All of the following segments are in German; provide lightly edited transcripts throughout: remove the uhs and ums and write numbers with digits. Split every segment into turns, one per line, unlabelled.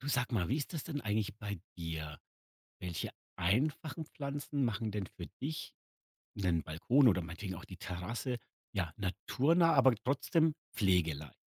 Du sag mal, wie ist das denn eigentlich bei dir? Welche einfachen Pflanzen machen denn für dich einen Balkon oder meinetwegen auch die Terrasse, ja, naturnah, aber trotzdem pflegeleicht?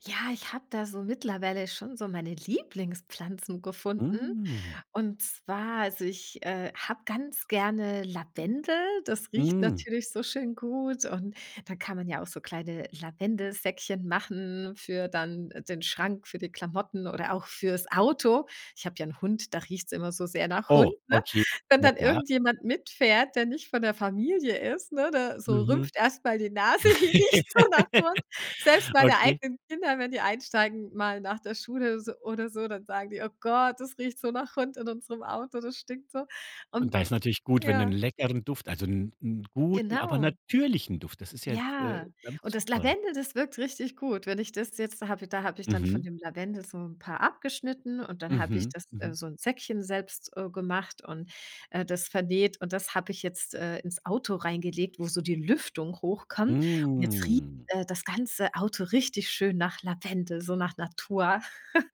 Ja, ich habe da so mittlerweile schon so meine Lieblingspflanzen gefunden.
Hm,
Und zwar, also ich habe ganz gerne Lavendel. Das riecht
mhm.
natürlich so schön gut. Und dann kann man ja auch so kleine Lavendelsäckchen machen für dann den Schrank, für die Klamotten oder auch fürs Auto. Ich habe ja einen Hund, da riecht es immer so sehr nach Hund.
Oh,
Ne?
okay.
Wenn
Ja
dann
klar.
irgendjemand mitfährt, der nicht von der Familie ist, ne, da so
Mhm.
rümpft erstmal die Nase. Hier riecht so nach Hund. Selbst meine
Okay.
eigenen Kinder, wenn die einsteigen, mal nach der Schule so oder so, dann sagen die: „Oh Gott, das riecht so nach Hund in unserem Auto, das stinkt so.“ Und
Und da ist natürlich gut, wenn du
ja,
'nen leckeren Duft, also einen 'n guten, aber
genau.
natürlichen Duft, das ist ja
Ja,
ganz
und das
super.
Lavendel, das wirkt richtig gut. Wenn ich das jetzt da habe ich dann von
Mhm,
dem Lavendel so ein paar abgeschnitten und dann habe ich
mhm,
das,
mhm.
so ein Säckchen selbst, gemacht und, das vernäht und das habe ich jetzt, ins Auto reingelegt, wo so die Lüftung hochkommt und jetzt riecht,
Hm.
das ganze Auto richtig schön nach Lavendel, so nach Natur.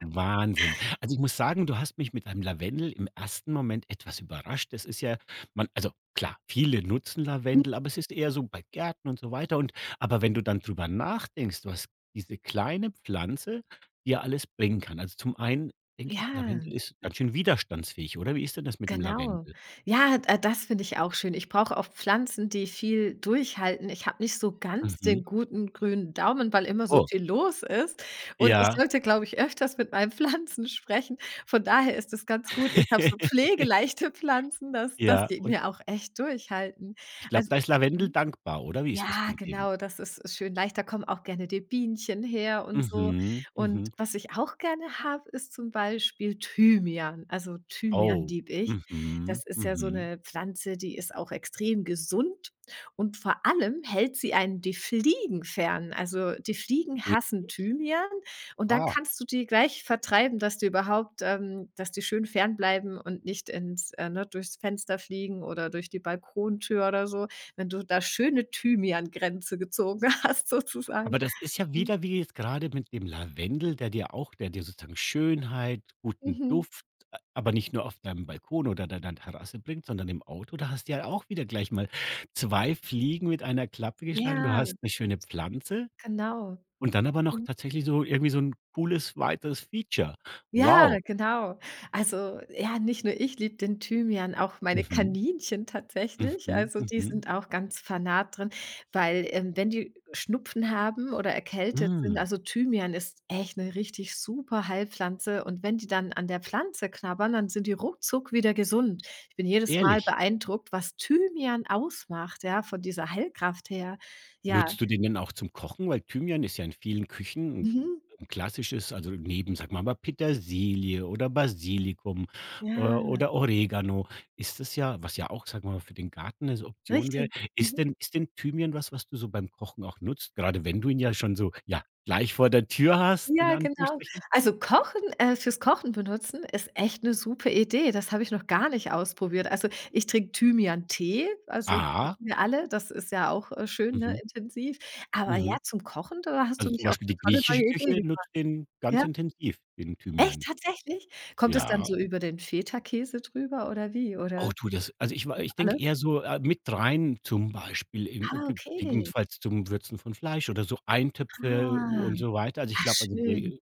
Wahnsinn. Also, ich muss sagen, du hast mich mit einem Lavendel im ersten Moment etwas überrascht. Das ist ja man also klar, viele nutzen Lavendel, aber es ist eher so bei Gärten und so weiter und aber wenn du dann drüber nachdenkst, was diese kleine Pflanze dir alles bringen kann. Also, zum einen denke ich,
Ja.
Lavendel ist ganz schön widerstandsfähig, oder? Wie ist denn das mit dem
Genau.
Lavendel?
Ja, das finde ich auch schön. Ich brauche auch Pflanzen, die viel durchhalten. Ich habe nicht so ganz
Mhm.
den guten grünen Daumen, weil immer so
Oh,
viel los ist. Und ich
ja.
sollte, glaube ich, öfters mit meinen Pflanzen sprechen. Von daher ist es ganz gut. Ich habe so pflegeleichte Pflanzen, dass
Ja,
die
und
mir auch echt durchhalten.
ich glaube,
Also
da ist Lavendel dankbar, oder? Wie ist das
ja,
mit dem?
genau, das ist schön leicht. Da kommen auch gerne die Bienchen her und so.
Mhm,
Und
mhm.
was ich auch gerne habe, ist zum Beispiel Thymian. Also, Thymian
Oh.
liebe ich.
Mhm,
Das ist ja so
mhm.
eine Pflanze, die ist auch extrem gesund und vor allem hält sie einen die Fliegen fern. Also, die Fliegen hassen
Ewig.
Thymian und dann
Ah.
kannst du die gleich vertreiben, dass die schön fernbleiben und nicht ins ne, durchs Fenster fliegen oder durch die Balkontür oder so wenn du da schöne Thymian-Grenze gezogen hast sozusagen.
Aber das ist ja
Mhm.
wieder wie jetzt gerade mit dem Lavendel, der dir sozusagen Schönheit, guten
Mhm.
Duft, a aber nicht nur auf deinem Balkon oder deiner Terrasse bringt, sondern im Auto. Da hast du ja auch wieder gleich mal 2 Fliegen mit einer Klappe geschlagen. Du hast
Ja,
eine schöne Pflanze
genau.
und dann aber noch tatsächlich so irgendwie so ein cooles weiteres Feature.
Ja,
Wow.
genau. Also, ja, nicht nur ich liebe den Thymian, auch meine
Mhm,
Kaninchen tatsächlich.
mhm,
Also, die
mhm.
sind auch ganz Fanat drin, weil, wenn die Schnupfen haben oder erkältet sind
Hm,
also, Thymian ist echt eine richtig super Heilpflanze und wenn die dann an der Pflanze knabbern, dann sind die ruckzuck wieder gesund. Ich bin jedes Mal
ehrlich?
beeindruckt, was Thymian ausmacht, ja, von dieser Heilkraft her. Ja.
Nutzt du den denn auch zum Kochen? Weil Thymian ist ja in vielen Küchen ein
Mhm.
'n klassisches, also neben, sag wir mal, Petersilie oder Basilikum,
Ja,
oder Oregano, ist das ja was, ja auch, sag mal, für den Garten eine Option wäre.
richtig.
Ist
Mhm.
denn ist denn Thymian was, was du so beim Kochen auch nutzt, gerade wenn du ihn ja schon so, ja, gleich vor der Tür hast, in
Ja, genau.
Anführungsstrichen?
Also, Kochen fürs Kochen benutzen ist echt 'ne super Idee. Das habe ich noch gar nicht ausprobiert. Also, ich trinke Thymian-Tee, also, trinken
Ah,
wir alle. Das ist ja auch, schön, ne,
mhm,
intensiv. Aber ja,
mhm.
zum Kochen, da hast du
Also,
mich
zum
auf
Beispiel
'ne
die
tolle
griechische
neue Idee
Küche
gebracht.
nutzt den
Ja?
ganz intensiv, den
Echt,
Thymian.
tatsächlich? Kommt es dann
Ja.
so über den Feta-Käse drüber oder wie? Oder
Oh du, das, also ich war
über
ich denke
alles?
eher so, mit rein zum Beispiel in
Ah,
ge
okay.
gegebenenfalls zum Würzen von Fleisch oder so Eintöpfe
Ah.
und so weiter. Also ich
Ah,
glaube, also
schön.
die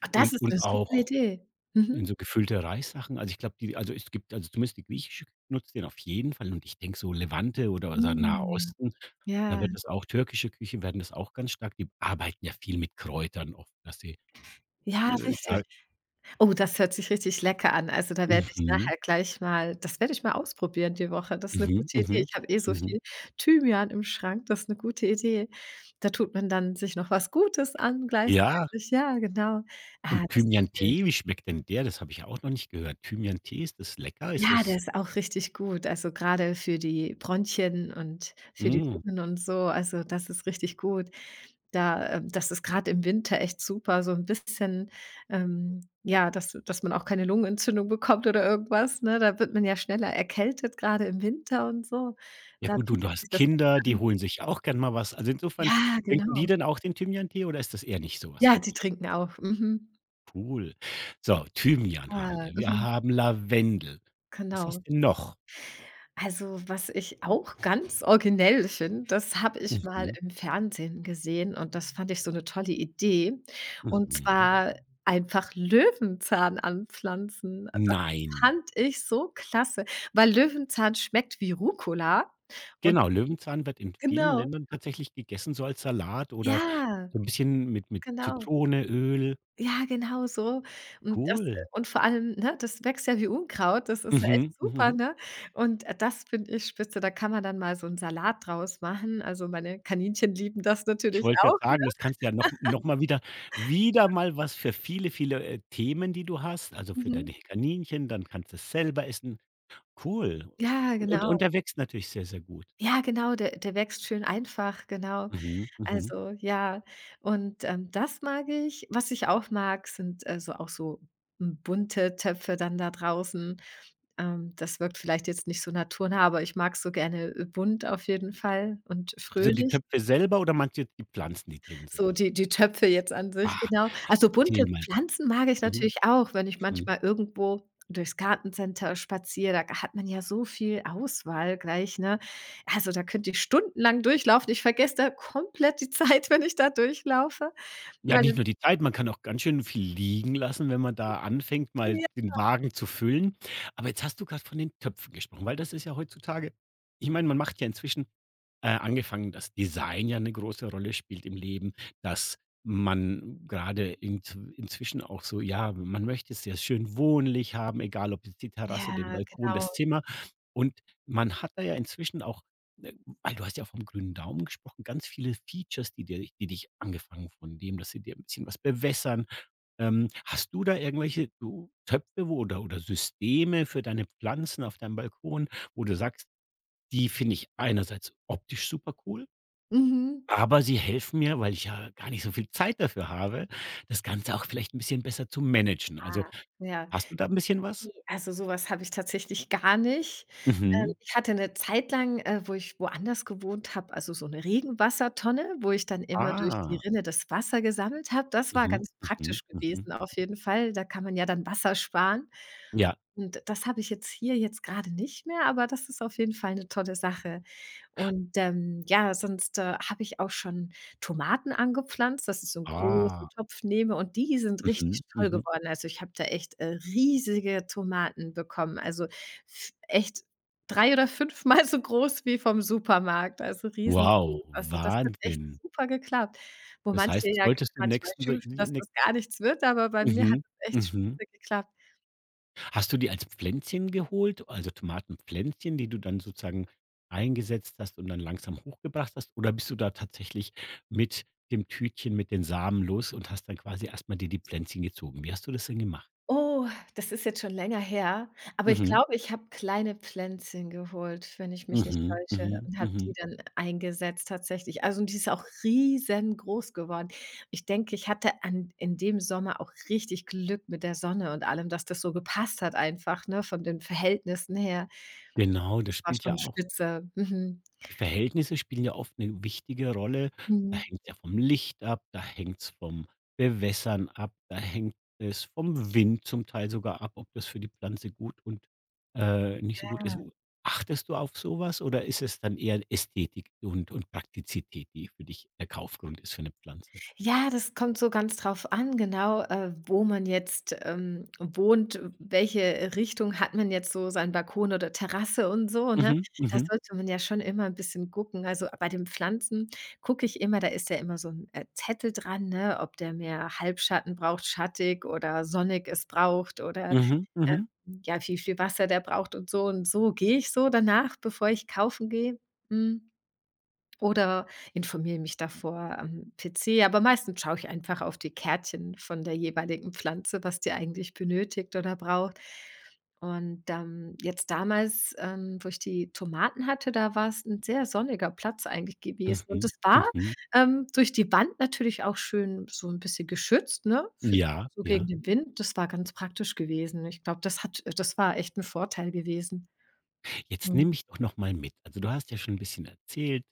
Ah, das ist
und
'ne super
auch
Idee.
in
Mhm.
so gefüllte Reissachen. Also ich glaube, die, also es gibt, also zumindest die griechische Küche nutzt den auf jeden Fall, und ich denke so Levante oder, also, Naher
Mhm.
Osten, da
Ja.
wird das auch, türkische Küche werden das auch ganz stark, die arbeiten ja viel mit Kräutern oft, dass sie,
Ja, richtig.
da
Oh, das hört sich richtig lecker an. Also, da werde
mhm,
ich
mhm,
nachher gleich mal das werde ich mal ausprobieren die Woche. Das ist eine
mhm,
gute Idee.
mhm,
Ich habe eh so
mhm.
viel Thymian im Schrank, das ist eine gute Idee. Da tut man dann sich noch was Gutes an
Ja.
gleichzeitig. Ja, genau. Ah,
Und
das ist schön.
Thymian-Tee, wie schmeckt denn der? Das habe ich auch noch nicht gehört. Thymian-Tee, ist das lecker? Ist
Ja, der
das
ist auch richtig gut. Also, gerade für die Bronchien und für die
hm.
Lungen und so. Also, das ist richtig gut. Da das ist grad im Winter echt super, so ein bisschen, ja, dass man auch keine Lungenentzündung bekommt oder irgendwas, ne? Da wird man ja schneller erkältet, gerade im Winter und so.
Ja
Da
gut, du
bietet sich
hast
das echt
Kinder, die
an.
holen sich auch gern mal was. Also, insofern,
Ja,
trinken die
genau.
denn auch den Thymian-Tee oder ist das eher nicht so was
Ja,
für
die
die?
trinken auch. Mhm.
Cool. So, Thymian haben wir.
Ah,
Wir
mhm,
haben Lavendel. Was hast
genau.
du denn noch?
Also, was ich auch ganz originell finde, das habe ich mal
Mhm,
im Fernsehen gesehen und das fand ich so 'ne tolle Idee. Und
mhm.
zwar einfach Löwenzahn anpflanzen. Das
Nein.
fand ich so klasse, weil Löwenzahn schmeckt wie Rucola und
Genau, Löwenzahn wird in vielen
genau.
Ländern tatsächlich gegessen, so als Salat oder
Ja,
so 'n bisschen mit
genau.
Zitrone, Öl.
Ja, genau so. Und das
Cool.
und vor allem, ne, das wächst ja wie Unkraut, das ist ja echt
Mhm,
super,
mhm.
ne? Und, das finde ich spitze, da kann man dann mal so 'n Salat draus machen. Also, meine Kaninchen lieben das
Ich
natürlich
wollte
auch.
gerade sagen, das kannst du ja noch mal wieder mal was für viele, viele, Themen, die du hast, also für
Mhm.
deine Kaninchen, dann kannst du's selber essen. Cool.
Ja,
Und
genau.
der wächst natürlich sehr, sehr gut.
Ja, genau, der wächst schön einfach, genau.
Mhm, mhm.
Also, ja, und das mag ich. Was ich auch mag, sind, so auch so, bunte Töpfe dann da draußen. Das wirkt vielleicht jetzt nicht so naturnah, aber ich mag so gerne, bunt auf jeden Fall und
Also die
fröhlich.
Töpfe selber oder manche, die Pflanzen, die drin sind?
So die Töpfe jetzt an sich,
Ah,
genau. Also,
erzähl
bunte
mal.
Pflanzen mag ich
Mhm,
natürlich auch, wenn ich
mhm.
manchmal irgendwo durchs Gartencenter spaziere, da hat man ja so viel Auswahl gleich, ne? Also, da könnte ich stundenlang durchlaufen. Ich vergesse da komplett die Zeit, wenn ich da durchlaufe,
Ja,
weil
nicht
das
nur die Zeit, man kann auch ganz schön viel liegen lassen, wenn man da anfängt, mal
Ja.
den Wagen zu füllen. Aber jetzt hast du gerade von den Töpfen gesprochen, weil das ist ja heutzutage, ich meine, man macht ja inzwischen angefangen, dass Design ja eine große Rolle spielt im Leben, dass man gerade in inzwischen auch so, ja, man möchte es sehr schön wohnlich haben, egal ob jetzt die Terrasse, den
Ja,
Balkon,
genau.
das Zimmer. Und man hat da ja inzwischen auch, äh weil du hast ja vom grünen Daumen gesprochen, ganz viele Features, die dich angefangen von dem, dass sie dir ein bisschen was bewässern. Hast du da irgendwelche, du Töpfe wo oder Systeme für deine Pflanzen auf deinem Balkon, wo du sagst, die finde ich einerseits optisch supercool,
Mhm.
aber sie helfen mir, weil ich ja gar nicht so viel Zeit dafür habe, das Ganze auch vielleicht 'n bisschen besser zu managen. Also,
Ah, ja.
hast du da 'n bisschen was?
I Also, so was habe ich tatsächlich gar nicht.
Mhm.
Ich hatte 'ne Zeit lang, wo ich woanders gewohnt habe, also, so 'ne Regenwassertonne, wo ich dann immer durch die
Ah.
Rinne das Wasser gesammelt habe. Das war
Mhm,
ganz
mhm,
praktisch
mhm.
gewesen auf jeden Fall. Da kann man ja dann Wasser sparen.
Ja.
Und das habe ich jetzt hier jetzt grade nicht mehr, aber das ist auf jeden Fall 'ne tolle Sache. Und, ja, sonst, habe ich auch schon Tomaten angepflanzt, dass ich so 'n großen
Ah.
Topf nehme und die sind richtig
Mhm,
toll
mhm.
geworden. Also, ich habe da echt, riesige Tomaten bekommen, also, f echt 3 oder fünfmal so groß wie vom Supermarkt, also, riesengroß.
Wow,
Also, das hat echt
Wahnsinn.
super geklappt, wo
Das
manche
heißt, es
ja
solltest
manchmal
demnächst nächsten so
schimpfen, dass das gar nichts wird, aber bei mir hat es
Mhm,
echt
mhm.
spitze geklappt.
Hast du die als Pflänzchen geholt, also Tomatenpflänzchen, die du dann sozusagen eingesetzt hast und dann langsam hochgebracht hast? Oder bist du da tatsächlich mit dem Tütchen, mit den Samen los und hast dann quasi erst mal dir die Pflänzchen gezogen? Wie hast du das denn gemacht?
Oh, das ist jetzt schon länger her, aber ich
Mhm.
glaube, ich habe kleine Pflänzchen geholt, wenn ich mich nicht
Mhm.
täusche
Mhm.
und habe die
Mhm.
dann eingesetzt tatsächlich. Also, und die ist auch riesengroß geworden. Ich denke, ich hatte an in dem Sommer auch richtig Glück mit der Sonne und allem, dass das so gepasst hat einfach, ne, von den Verhältnissen her.
Genau,
Das
das
war
spielt ja
schon
auch
spitze. Mhm.
Die Verhältnisse spielen ja oft eine wichtige Rolle. Da
Mhm.
hängt's ja vom Licht ab, da hängt's vom Bewässern ab, da hängt es vom Wind zum Teil sogar ab, ob das für die Pflanze gut und, nicht so gut
Ja.
ist. Achtest du auf sowas oder ist es dann eher Ästhetik und Praktizität, die für dich der Kaufgrund ist für eine Pflanze?
Ja, das kommt so ganz drauf an, genau, wo man jetzt, wohnt, welche Richtung hat man jetzt so seinen Balkon oder Terrasse und so, ne?
Mhm,
Da
mhm,
sollte man ja schon immer ein bisschen gucken. Also, bei den Pflanzen gucke ich immer da ist ja immer so ein Zettel dran, ne, ob der mehr Halbschatten braucht, schattig oder sonnig es braucht oder,
mhm, mhm,
ja, wie viel Wasser der braucht und so gehe ich so danach, bevor ich kaufen gehe. Mhm. Oder informiere mich davor am PC, aber meistens schaue ich einfach auf die Kärtchen von der jeweiligen Pflanze, was die eigentlich benötigt oder braucht. Und, jetzt damals, wo ich die Tomaten hatte, da war es ein sehr sonniger Platz eigentlich gewesen. Und
mhm,
es war,
mhm.
durch die Wand natürlich auch schön so ein bisschen geschützt, ne, für
Ja,
so gegen
ja.
den Wind. Das war ganz praktisch gewesen. Ich glaube, das hat das war echt ein Vorteil gewesen.
Jetzt
Mhm.
nimm mich doch noch mal mit. Also, du hast ja schon ein bisschen erzählt,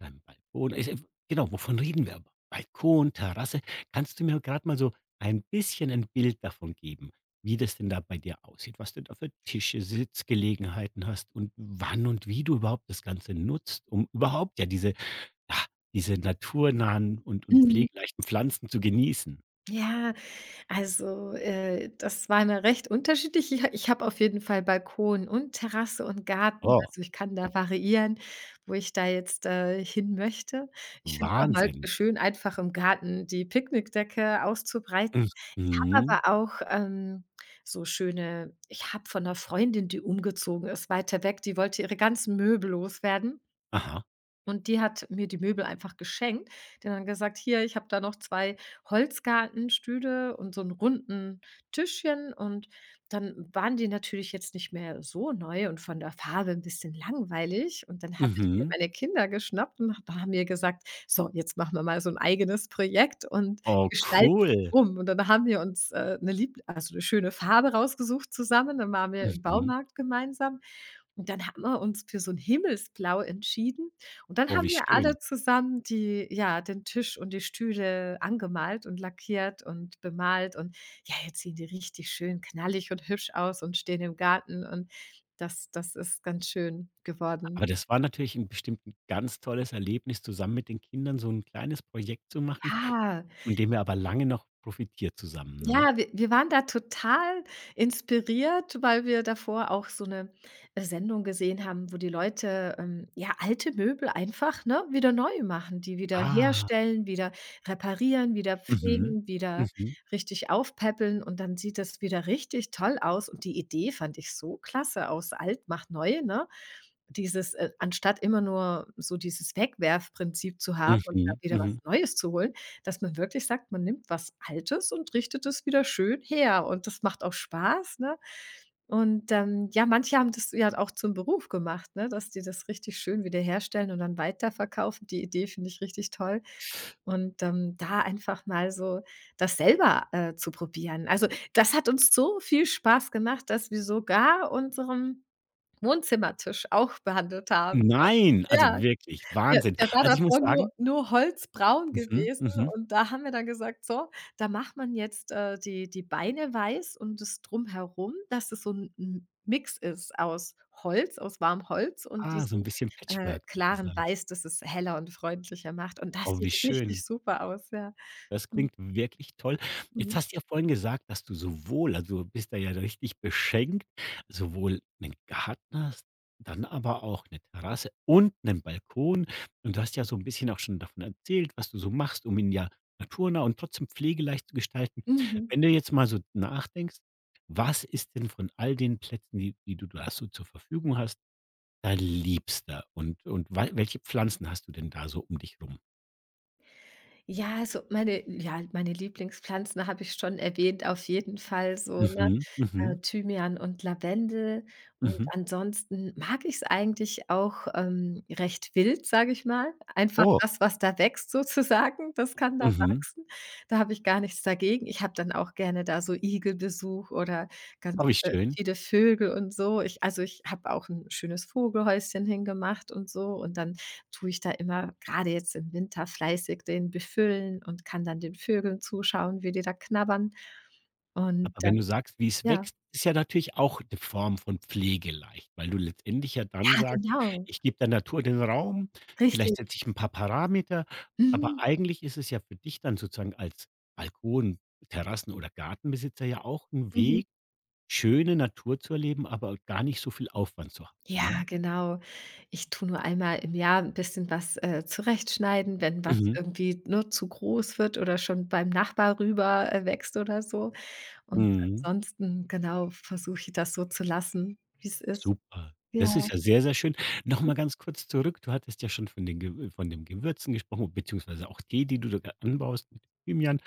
dein Balkon, ich genau, wovon reden wir aber? Balkon, Terrasse. Kannst du mir gerade mal so ein bisschen ein Bild davon geben, wie das denn da bei dir aussieht, was du da für Tische, Sitzgelegenheiten hast und wann und wie du überhaupt das Ganze nutzt, um überhaupt, ja, ja, diese naturnahen und
Mhm.
pflegeleichten Pflanzen zu genießen?
Ja, also, das war immer recht unterschiedlich. Ich habe auf jeden Fall Balkon und Terrasse und Garten.
Oh,
Also, ich kann da variieren, wo ich da jetzt, hin möchte. Ich finde es auch mal
Wahnsinn.
schön, einfach im Garten die Picknickdecke auszubreiten. Ich habe
Mhm.
aber auch, so schöne ich habe von einer Freundin, die umgezogen ist, weiter weg, die wollte ihre ganzen Möbel loswerden.
Aha.
Und die hat mir die Möbel einfach geschenkt. Die hat dann gesagt: „Hier, ich habe da noch 2 Holzgartenstühle und so 'n runden Tischchen.“ Und dann waren die natürlich jetzt nicht mehr so neu und von der Farbe ein bisschen langweilig. Und dann habe ich mir
Mhm.
meine Kinder geschnappt und ha haben mir gesagt: „So, jetzt machen wir mal so ein eigenes Projekt und
Oh,
gestalten
cool.
um.“ Und dann haben wir uns, 'ne lieb also 'ne schöne Farbe rausgesucht zusammen. Dann waren wir im
Mhm.
Baumarkt gemeinsam und dann haben wir uns für so 'n Himmelsblau entschieden und dann
Oh,
haben
wie
wir mhm,
schön.
alle zusammen die ja, den Tisch und die Stühle angemalt und lackiert und bemalt und ja, jetzt sehen die richtig schön knallig und hübsch aus und stehen im Garten und das das ist ganz schön geworden.
Aber das war natürlich 'n bestimmt 'n ganz tolles Erlebnis, zusammen mit den Kindern so 'n kleines Projekt zu machen,
Ja.
von dem ihr aber lange noch profitiert zusammen, ne?
Ja, wir waren da total inspiriert, weil wir davor auch so eine Sendung gesehen haben, wo die Leute, ja, alte Möbel einfach, ne, wieder neu machen, die wieder
Ah,
herstellen, wieder reparieren, wieder
mhm,
pflegen, wieder
mhm,
richtig aufpäppeln und dann sieht das wieder richtig toll aus und die Idee fand ich so klasse aus alt macht neu, ne? Dieses, anstatt immer nur so dieses Wegwerfprinzip zu haben und dann
mhm,
wieder was
mhm.
Neues zu holen, dass man wirklich sagt, man nimmt was Altes und richtet es wieder schön her und das macht auch Spaß, ne? Und, ja, manche haben das ja auch zum Beruf gemacht, ne, dass die das richtig schön wiederherstellen und dann weiterverkaufen. Die Idee finde ich richtig toll. Und, da einfach mal so das selber, zu probieren. Also, das hat uns so viel Spaß gemacht, dass wir sogar unseren Wohnzimmertisch auch behandelt haben.
Nein, also
Ja.
wirklich,
Der
Wahnsinn.
der war
Also, ich muss
davor nur
sagen,
nur holzbraun
mhm,
gewesen
mhm.
und da haben wir dann gesagt: „So, da macht man jetzt, die Beine weiß und das Drumherum, dass es so 'n Mix ist aus warmem Holz und
Ah, so 'n
diesem,
bisschen Patchwork
klaren
sozusagen.
Weiß, das es heller und freundlicher macht.“ Und das
Oh, wie
sieht
schön.
richtig super aus, ja.
Das
Mhm.
klingt wirklich toll. Jetzt
Mhm.
hast du ja vorhin gesagt, dass du sowohl, also, du bist da ja richtig beschenkt, sowohl einen Garten hast, dann aber auch eine Terrasse und einen Balkon. Und du hast ja so ein bisschen auch schon davon erzählt, was du so machst, um ihn ja naturnah und trotzdem pflegeleicht zu gestalten.
Mhm.
Wenn du jetzt mal so nachdenkst, was ist denn von all den Plätzen, die du da so zur Verfügung hast, dein Liebster? Und wa welche Pflanzen hast du denn da so um dich rum?
Ja, also meine Lieblingspflanzen habe ich schon erwähnt, auf jeden Fall so, ne,
Mhm, mhm,
Thymian und Lavendel. Und
mhm.
ansonsten mag ich es eigentlich auch, recht wild, sage ich mal. Einfach
Oh.
das, was da wächst sozusagen, das kann da
Mhm.
wachsen. Da habe ich gar nichts dagegen. Ich habe dann auch gerne da so Igelbesuch oder ganz,
Oh, wie schön.
viele Vögel und so. Ich Also, ich habe auch ein schönes Vogelhäuschen hingemacht und so und dann tue ich da immer gerade jetzt im Winter fleißig den befüllen und kann dann den Vögeln zuschauen, wie die da knabbern. Und,
Aber wenn du sagst, wie es
ja.
wächst, ist ja natürlich auch 'ne Form von Pflege leicht, weil du letztendlich ja dann
Ja,
sagst:
genau,
„Ich gebe der Natur den Raum,
richtig.
vielleicht setze ich 'n paar Parameter.“ Aber
Mhm,
eigentlich ist es ja für dich dann sozusagen als Balkon-, Terrassen- oder Gartenbesitzer ja auch 'n
mhm.
Weg, schöne Natur zu erleben, aber gar nicht so viel Aufwand zu haben,
Ja,
ne?
genau. Ich tue nur einmal im Jahr ein bisschen was, zurechtschneiden, wenn was
Mhm.
irgendwie, nur zu groß wird oder schon beim Nachbar rüber, wächst oder so. Und
Mhm.
ansonsten, genau, versuche ich das so zu lassen, wie es ist.
Super.
Ja.
Das ist ja sehr, sehr schön. Noch mal ganz kurz zurück. Du hattest ja schon von den Ge von den Gewürzen gesprochen, beziehungsweise auch Tee, die du da anbaust mit Thymian.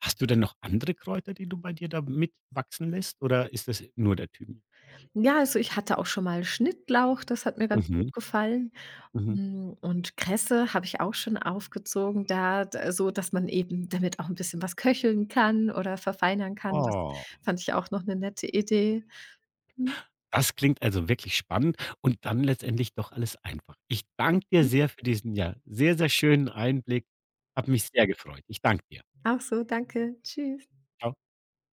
Hast du denn noch andere Kräuter, die du bei dir da mitwachsen lässt oder ist das nur der Thymian?
Ja, also, ich hatte auch schon mal Schnittlauch, das hat mir ganz
Mhm,
gut gefallen.
mhm.
Und Kresse habe ich auch schon aufgezogen, da d so, dass man eben damit auch ein bisschen was köcheln kann oder verfeinern kann. Das
Oh,
fand ich auch noch eine nette Idee. Mhm.
das klingt also wirklich spannend und dann letztendlich doch alles einfach. Ich danke dir
Mhm.
sehr für diesen, ja, sehr, sehr schönen Einblick. Hat mich sehr gefreut. Ich danke dir.
Auch so, danke. Tschüss.
Ciao.